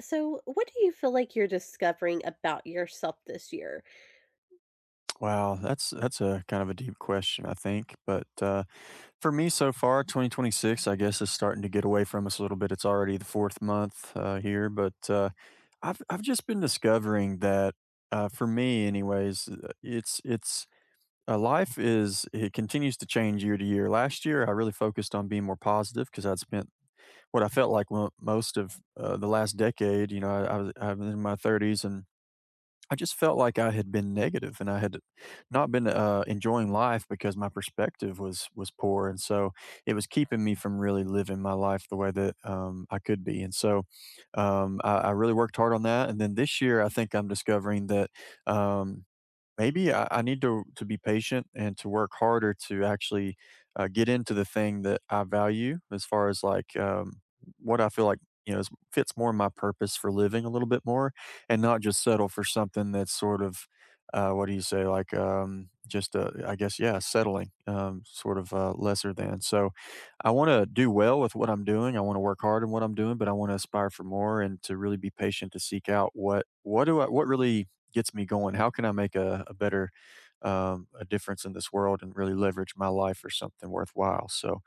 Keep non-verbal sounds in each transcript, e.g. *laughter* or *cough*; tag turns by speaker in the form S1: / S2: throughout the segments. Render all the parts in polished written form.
S1: So, what do you feel like you're discovering about yourself this year?
S2: Wow, that's a kind of a deep question, I think. But For me, so far, 2026, I guess, is starting to get away from us a little bit. It's already the fourth month here, but I've just been discovering that for me, anyways, it's life is it continues to change year to year. Last year, I really focused on being more positive because I'd spent what I felt like most of the last decade. You know, I was in my 30s and I just felt like I had been negative and I had not been enjoying life because my perspective was poor, and so it was keeping me from really living my life the way that I could be. And so I really worked hard on that. And then this year, I think I'm discovering that. Um, Maybe I need to be patient and to work harder to actually get into the thing that I value as far as like what I feel like you know is, fits more my purpose for living a little bit more, and not just settle for something that's sort of what do you say like just I guess yeah settling sort of lesser than. So I want to do well with what I'm doing. I want to work hard in what I'm doing, but I want to aspire for more and to really be patient to seek out what do I what really gets me going. How can I make a better a difference in this world and really leverage my life for something worthwhile? So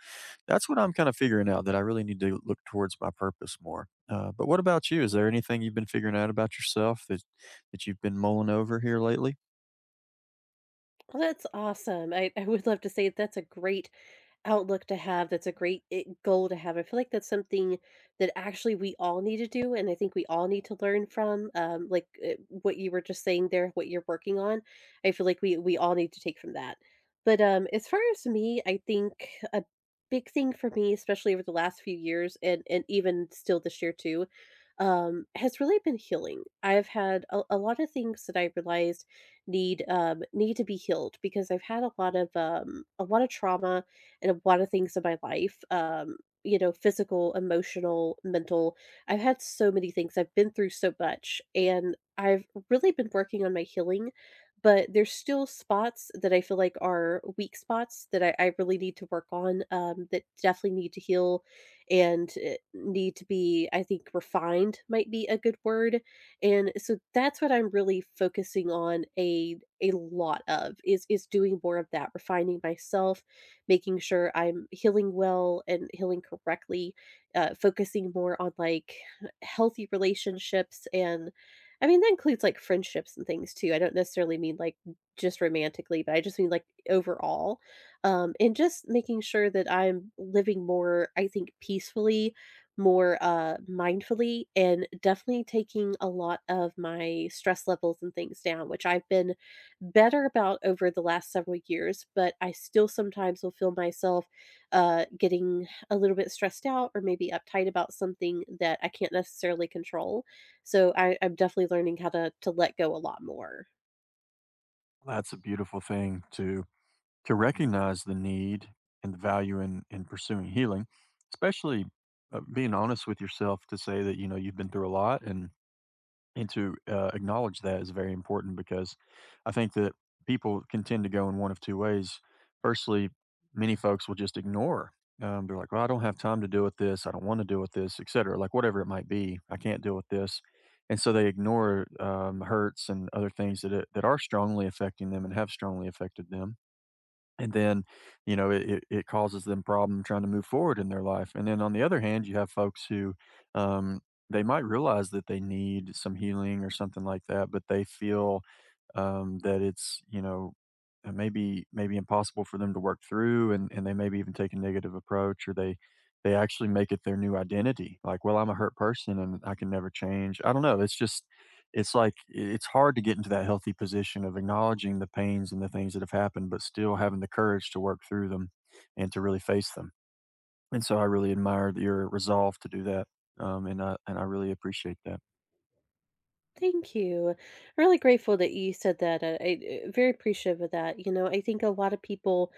S2: that's what I'm kind of figuring out that I really need to look towards my purpose more. But what about you? Is there anything you've been figuring out about yourself that you've been mulling over here lately?
S1: Well, that's awesome. I would love to say that's a great outlook to have. That's a great goal to have. I feel like that's something that actually we all need to do, and I think we all need to learn from. Like what you were just saying there, what you're working on. I feel like we all need to take from that. But as far as me, I think a big thing for me, especially over the last few years, and even still this year too, has really been healing. I've had a lot of things that I realized need to be healed because I've had a lot of trauma in a lot of things in my life, physical, emotional, mental. I've had so many things. I've been through so much and I've really been working on my healing, but there's still spots that I feel like are weak spots that I really need to work on, that definitely need to heal and need to be, I think, refined might be a good word. And so that's what I'm really focusing on a lot of is doing more of that, refining myself, making sure I'm healing well and healing correctly, focusing more on like healthy relationships. And I mean, that includes like friendships and things too. I don't necessarily mean like just romantically, but I just mean like overall. And just making sure that I'm living more, I think, peacefully, more mindfully, and definitely taking a lot of my stress levels and things down, which I've been better about over the last several years, but I still sometimes will feel myself getting a little bit stressed out or maybe uptight about something that I can't necessarily control. So I'm definitely learning how to let go a lot more.
S2: That's a beautiful thing to recognize the need and the value in pursuing healing, especially being honest with yourself to say that you know you've been through a lot and to acknowledge that is very important because I think that people can tend to go in one of two ways. Firstly, many folks will just ignore. They're like, "Well, I don't have time to deal with this. I don't want to deal with this, etc." Like whatever it might be, I can't deal with this, and so they ignore hurts and other things that it, that are strongly affecting them and have strongly affected them and then you know it, it it causes them problem trying to move forward in their life. And then on the other hand, you have folks who um, they might realize that they need some healing or something like that, but they feel that it's you know maybe impossible for them to work through, and they maybe even take a negative approach, or they actually make it their new identity like, well, I'm a hurt person and I can never change, I don't know, it's just it's like it's hard to get into that healthy position of acknowledging the pains and the things that have happened, but still having the courage to work through them and to really face them. And so I really admire your resolve to do that, and I really appreciate that.
S1: Thank you. I'm really grateful that you said that. I very appreciative of that. You know, I think a lot of people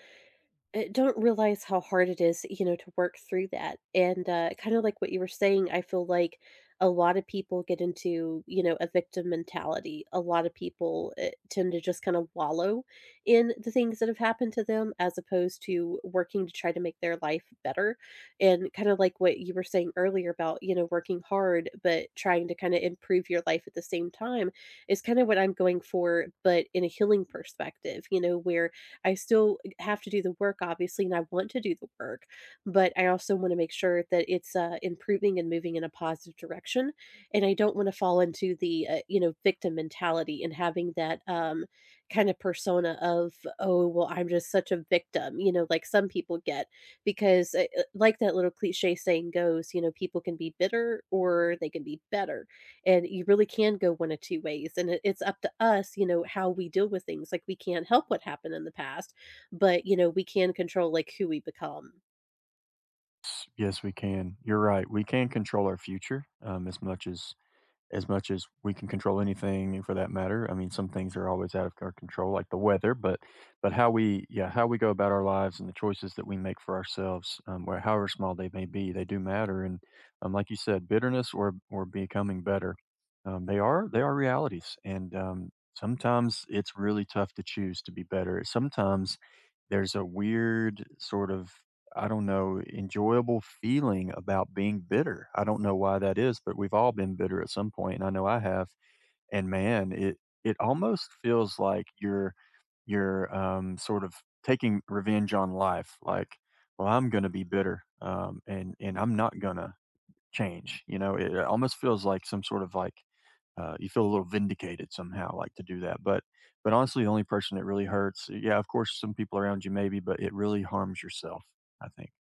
S1: don't realize how hard it is, to work through that. And kind of like what you were saying, I feel like a lot of people get into a victim mentality. A lot of people tend to just kind of wallow in the things that have happened to them as opposed to working to try to make their life better. And kind of like what you were saying earlier about working hard, but trying to kind of improve your life at the same time is kind of what I'm going for, but in a healing perspective, where I still have to do the work, obviously, and I want to do the work, but I also want to make sure that it's improving and moving in a positive direction. And I don't want to fall into the victim mentality and having that kind of persona of, oh, well, I'm just such a victim, like some people get, because like that little cliche saying goes, people can be bitter or they can be better. And you really can go one of two ways, and it's up to us how we deal with things. Like, we can't help what happened in the past, but we can control like who we become.
S2: Yes, we can. You're right. We can control our future, as much as we can control anything for that matter. I mean, some things are always out of our control, like the weather, but how we yeah how we go about our lives and the choices that we make for ourselves, where however small they may be, they do matter. And like you said, bitterness or becoming better, they are realities. And sometimes it's really tough to choose to be better. Sometimes there's a weird sort of, I don't know, enjoyable feeling about being bitter. I don't know why that is, but we've all been bitter at some point, and I know I have. And man, it almost feels like you're sort of taking revenge on life. Like, well, I'm going to be bitter, and I'm not gonna change. You know, it almost feels like some sort of like you feel a little vindicated somehow, like to do that. But honestly, the only person it really hurts, yeah, of course, some people around you maybe, but it really harms yourself. I think.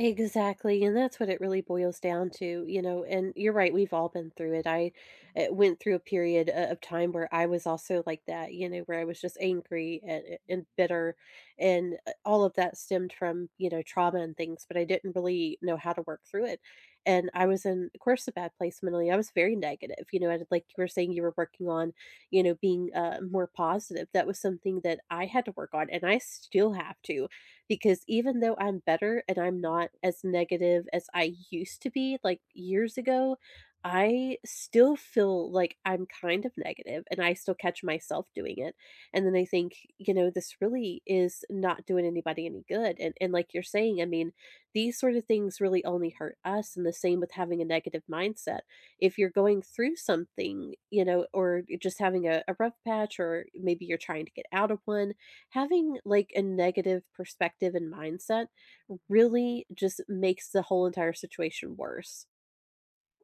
S1: Exactly, and that's what it really boils down to, and you're right, we've all been through it. I went through a period o of time where I was also like that, where I was just angry and bitter, and all of that stemmed from trauma and things, but I didn't really know how to work through it, and I was in, of course, a bad place mentally. I was very negative, and like you were saying, you were working on being more positive. That was something that I had to work on, and I still have to, because even though I'm better and I'm not as negative as I used to be, like years ago, I still feel like I'm kind of negative and I still catch myself doing it. And then I think, this really is not doing anybody any good. And like you're saying, I mean, these sort of things really only hurt us, and the same with having a negative mindset. If you're going through something or you're just having a rough patch, or maybe you're trying to get out of one, having like a negative perspective and mindset really just makes the whole entire situation worse.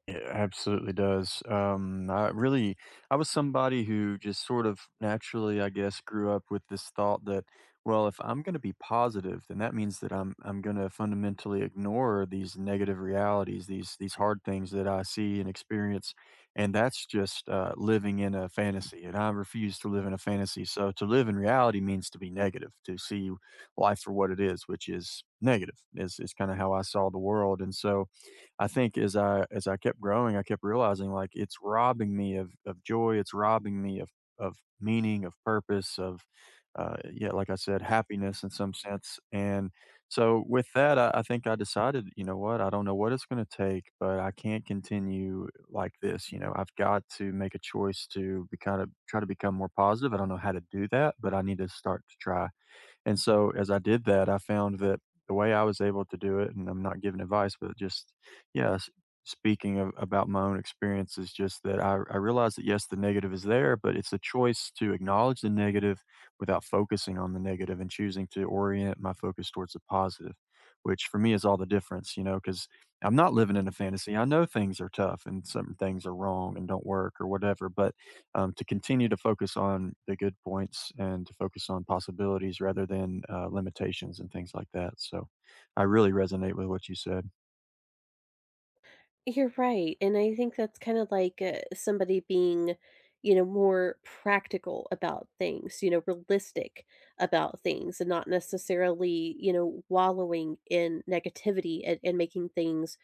S2: It absolutely does. I really, I was somebody who just sort of naturally, I guess, grew up with this thought that, well, if I'm going to be positive, then that means that I'm going to fundamentally ignore these negative realities, these hard things that I see and experience, and that's just living in a fantasy. And I refuse to live in a fantasy. So to live in reality means to be negative, to see life for what it is, which is negative. Is kind of how I saw the world, and so I think as I kept growing, I kept realizing like it's robbing me of joy. It's robbing me of meaning, of purpose, of yeah, like I said, happiness in some sense. And so with that, I think I decided, you know what, I don't know what it's going to take, but I can't continue like this. You know, I've got to make a choice to be kind of try to become more positive. I don't know how to do that, but I need to start to try. And so as I did that, I found that the way I was able to do it, and I'm not giving advice, but just, yeah, speaking of, about my own experience is just that I realized that yes, the negative is there, but it's a choice to acknowledge the negative without focusing on the negative and choosing to orient my focus towards the positive, which for me is all the difference, you know, because I'm not living in a fantasy. I know things are tough and some things are wrong and don't work or whatever, but to continue to focus on the good points and to focus on possibilities rather than limitations and things like that. So I really resonate with what you said.
S1: You're right, and I think that's kinda like, somebody being, more practical about things, realistic about things, and not necessarily wallowing in negativity and making things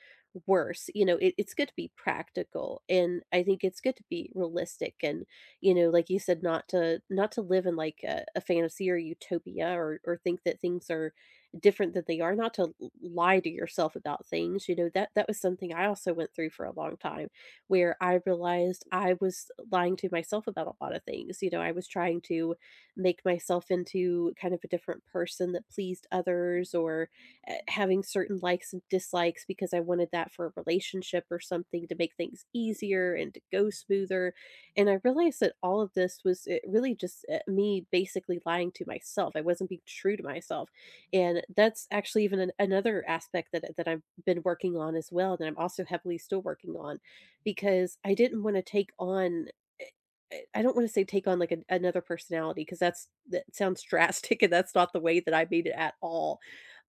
S1: worse. You know, it's good to be practical, and I think it's good to be realistic and, like you said, not to not to live in, like, a fantasy or utopia, or think that things are different than they are, not to lie to yourself about things. That was something I also went through for a long time, where I realized I was lying to myself about a lot of things. I was trying to make myself into kind of a different person that pleased others, or having certain likes and dislikes because I wanted that for a relationship or something to make things easier and to go smoother, and I realized that all of this was, really just me basically lying to myself. I wasn't being true to myself. And that's actually even an another aspect that I've been working on as well, that I'm also heavily still working on, because I didn't wanna take on eh, I don't wanna say take on, like, an another personality, because that sounds *laughs* drastic, and that's not the way that I made it at all.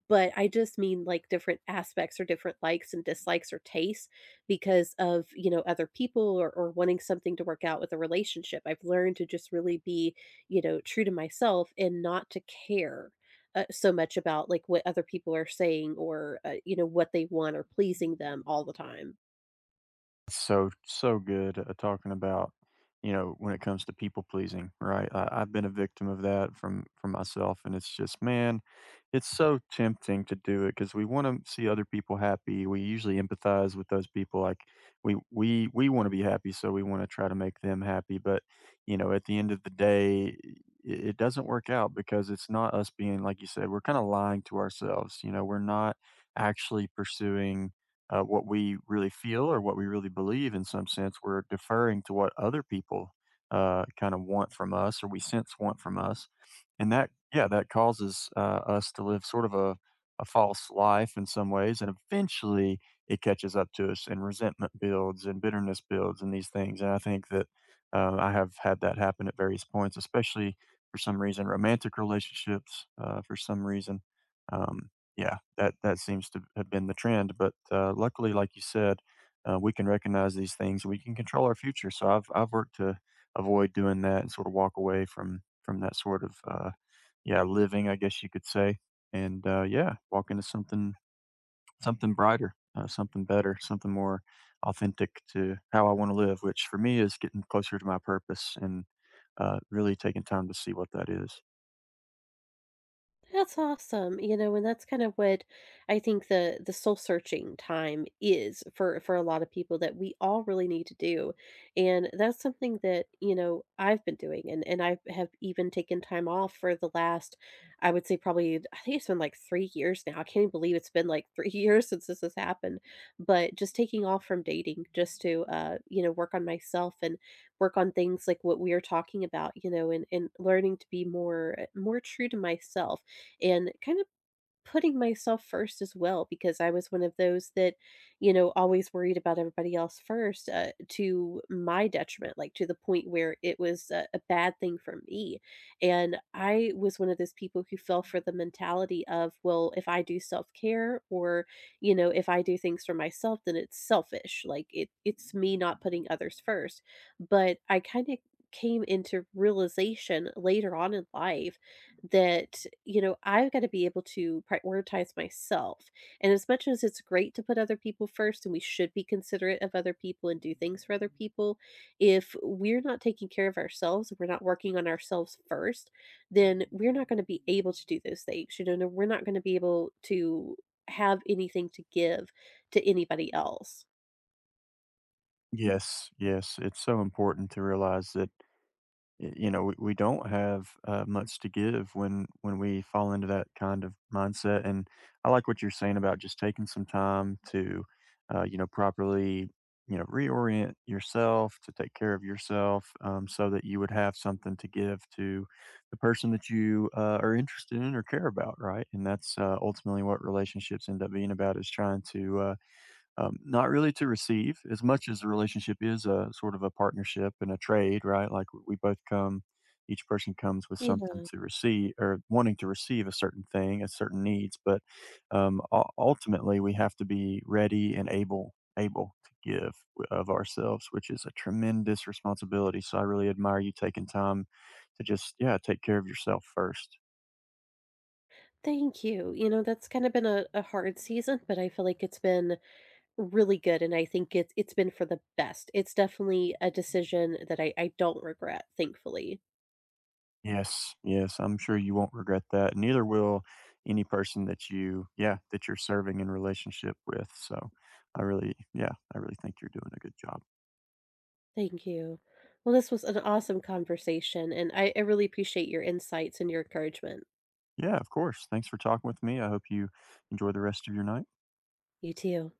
S1: But I just mean, like, different aspects or different likes and dislikes or tastes because of other people, or wanting something to work out with a relationship. I've learned to just really be true to myself and not to care so much about, like, what other people are saying, or what they want, or pleasing them all the time.
S2: So so good at talking about you know when it comes to people pleasing right I've been a victim of that from myself and it's just man it's so tempting to do it because we want to see other people happy, we usually empathize with those people like we want to be happy so we want to try to make them happy, but you know at the end of the day it doesn't work out because it's not us being, like you said, we're kind of lying to ourselves, you know we're not actually pursuing what we really feel or what we really believe, in some sense we're deferring to what other people kind of want from us or we sense want from us, and that yeah that causes us to live sort of a false life in some ways and eventually it catches up to us and resentment builds and bitterness builds and these things, and I think that I have had that happen at various points, especially for some reason romantic relationships, for some reason um, yeah, that that seems to have been the trend, but, luckily, like you said, we can recognize these things, we can control our future, so I've worked to avoid doing that and sort of walk away from that sort of, yeah, living, I guess you could say, and, yeah, walk into something something brighter, something better, something more authentic to how I wanna live, which for me is getting closer to my purpose, and, really taking time to see what that is.
S1: That's awesome, and that's kind of what I think the soul searching time is for a lot of people, that we all really need to do. And that's something that I've been doing, and I have even taken time off for the last, I would say probably, I think it's been like 3 years now. I can't even believe it's been like *laughs* 3 years since this has happened, but just taking off from dating just to work on myself and work on things like what we are talking about, and learning to be more true to myself, and kind of putting myself first as well, because I was one of those that always worried about everybody else first, to my detriment, like to the point where it was a bad thing for me. And I was one of those people who fell for the mentality of, well, if I do self care, or if I do things for myself, then it's selfish. Like, it's me not putting others first. But I kind of came into realization later on in life that I've got to be able to prioritize myself. And as much as it's great to put other people first, and we should be considerate of other people and do things for other people, if we're not taking care of ourselves, if we're not working on ourselves first, then we're not going to be able to do those things. No, we're not going to be able to have anything to give to anybody else.
S2: Yes, yes, it's so important to realize that you know we don't have much to give when we fall into that kind of mindset, and I like what you're saying about just taking some time to you know properly you know reorient yourself to take care of yourself so that you would have something to give to the person that you are interested in or care about, right? And that's ultimately what relationships end up being about, is trying to not really to receive as much as a relationship is a sort of a partnership and a trade, right? Like we both come, each person comes with
S1: Yeah.
S2: something to receive or wanting to receive a certain thing, a certain needs. But ultimately, we have to be ready and able to give of ourselves, which is a tremendous responsibility. So I really admire you taking time to just yeah take care of yourself first.
S1: Thank you. You know that's kind of been a hard season, but I feel like it's been really good, and I think it's been for the best. It's definitely a decision that I don't regret, thankfully.
S2: Yes, yes, I'm sure you won't regret that. Neither will any person that you, yeah, that you're serving in relationship with. So I really, yeah, I really think you're doing a good job.
S1: Thank you. Well, this was an awesome conversation, and I really appreciate your insights and your encouragement.
S2: Yeah, of course. Thanks for talking with me. I hope you enjoy the rest of your night.
S1: You too.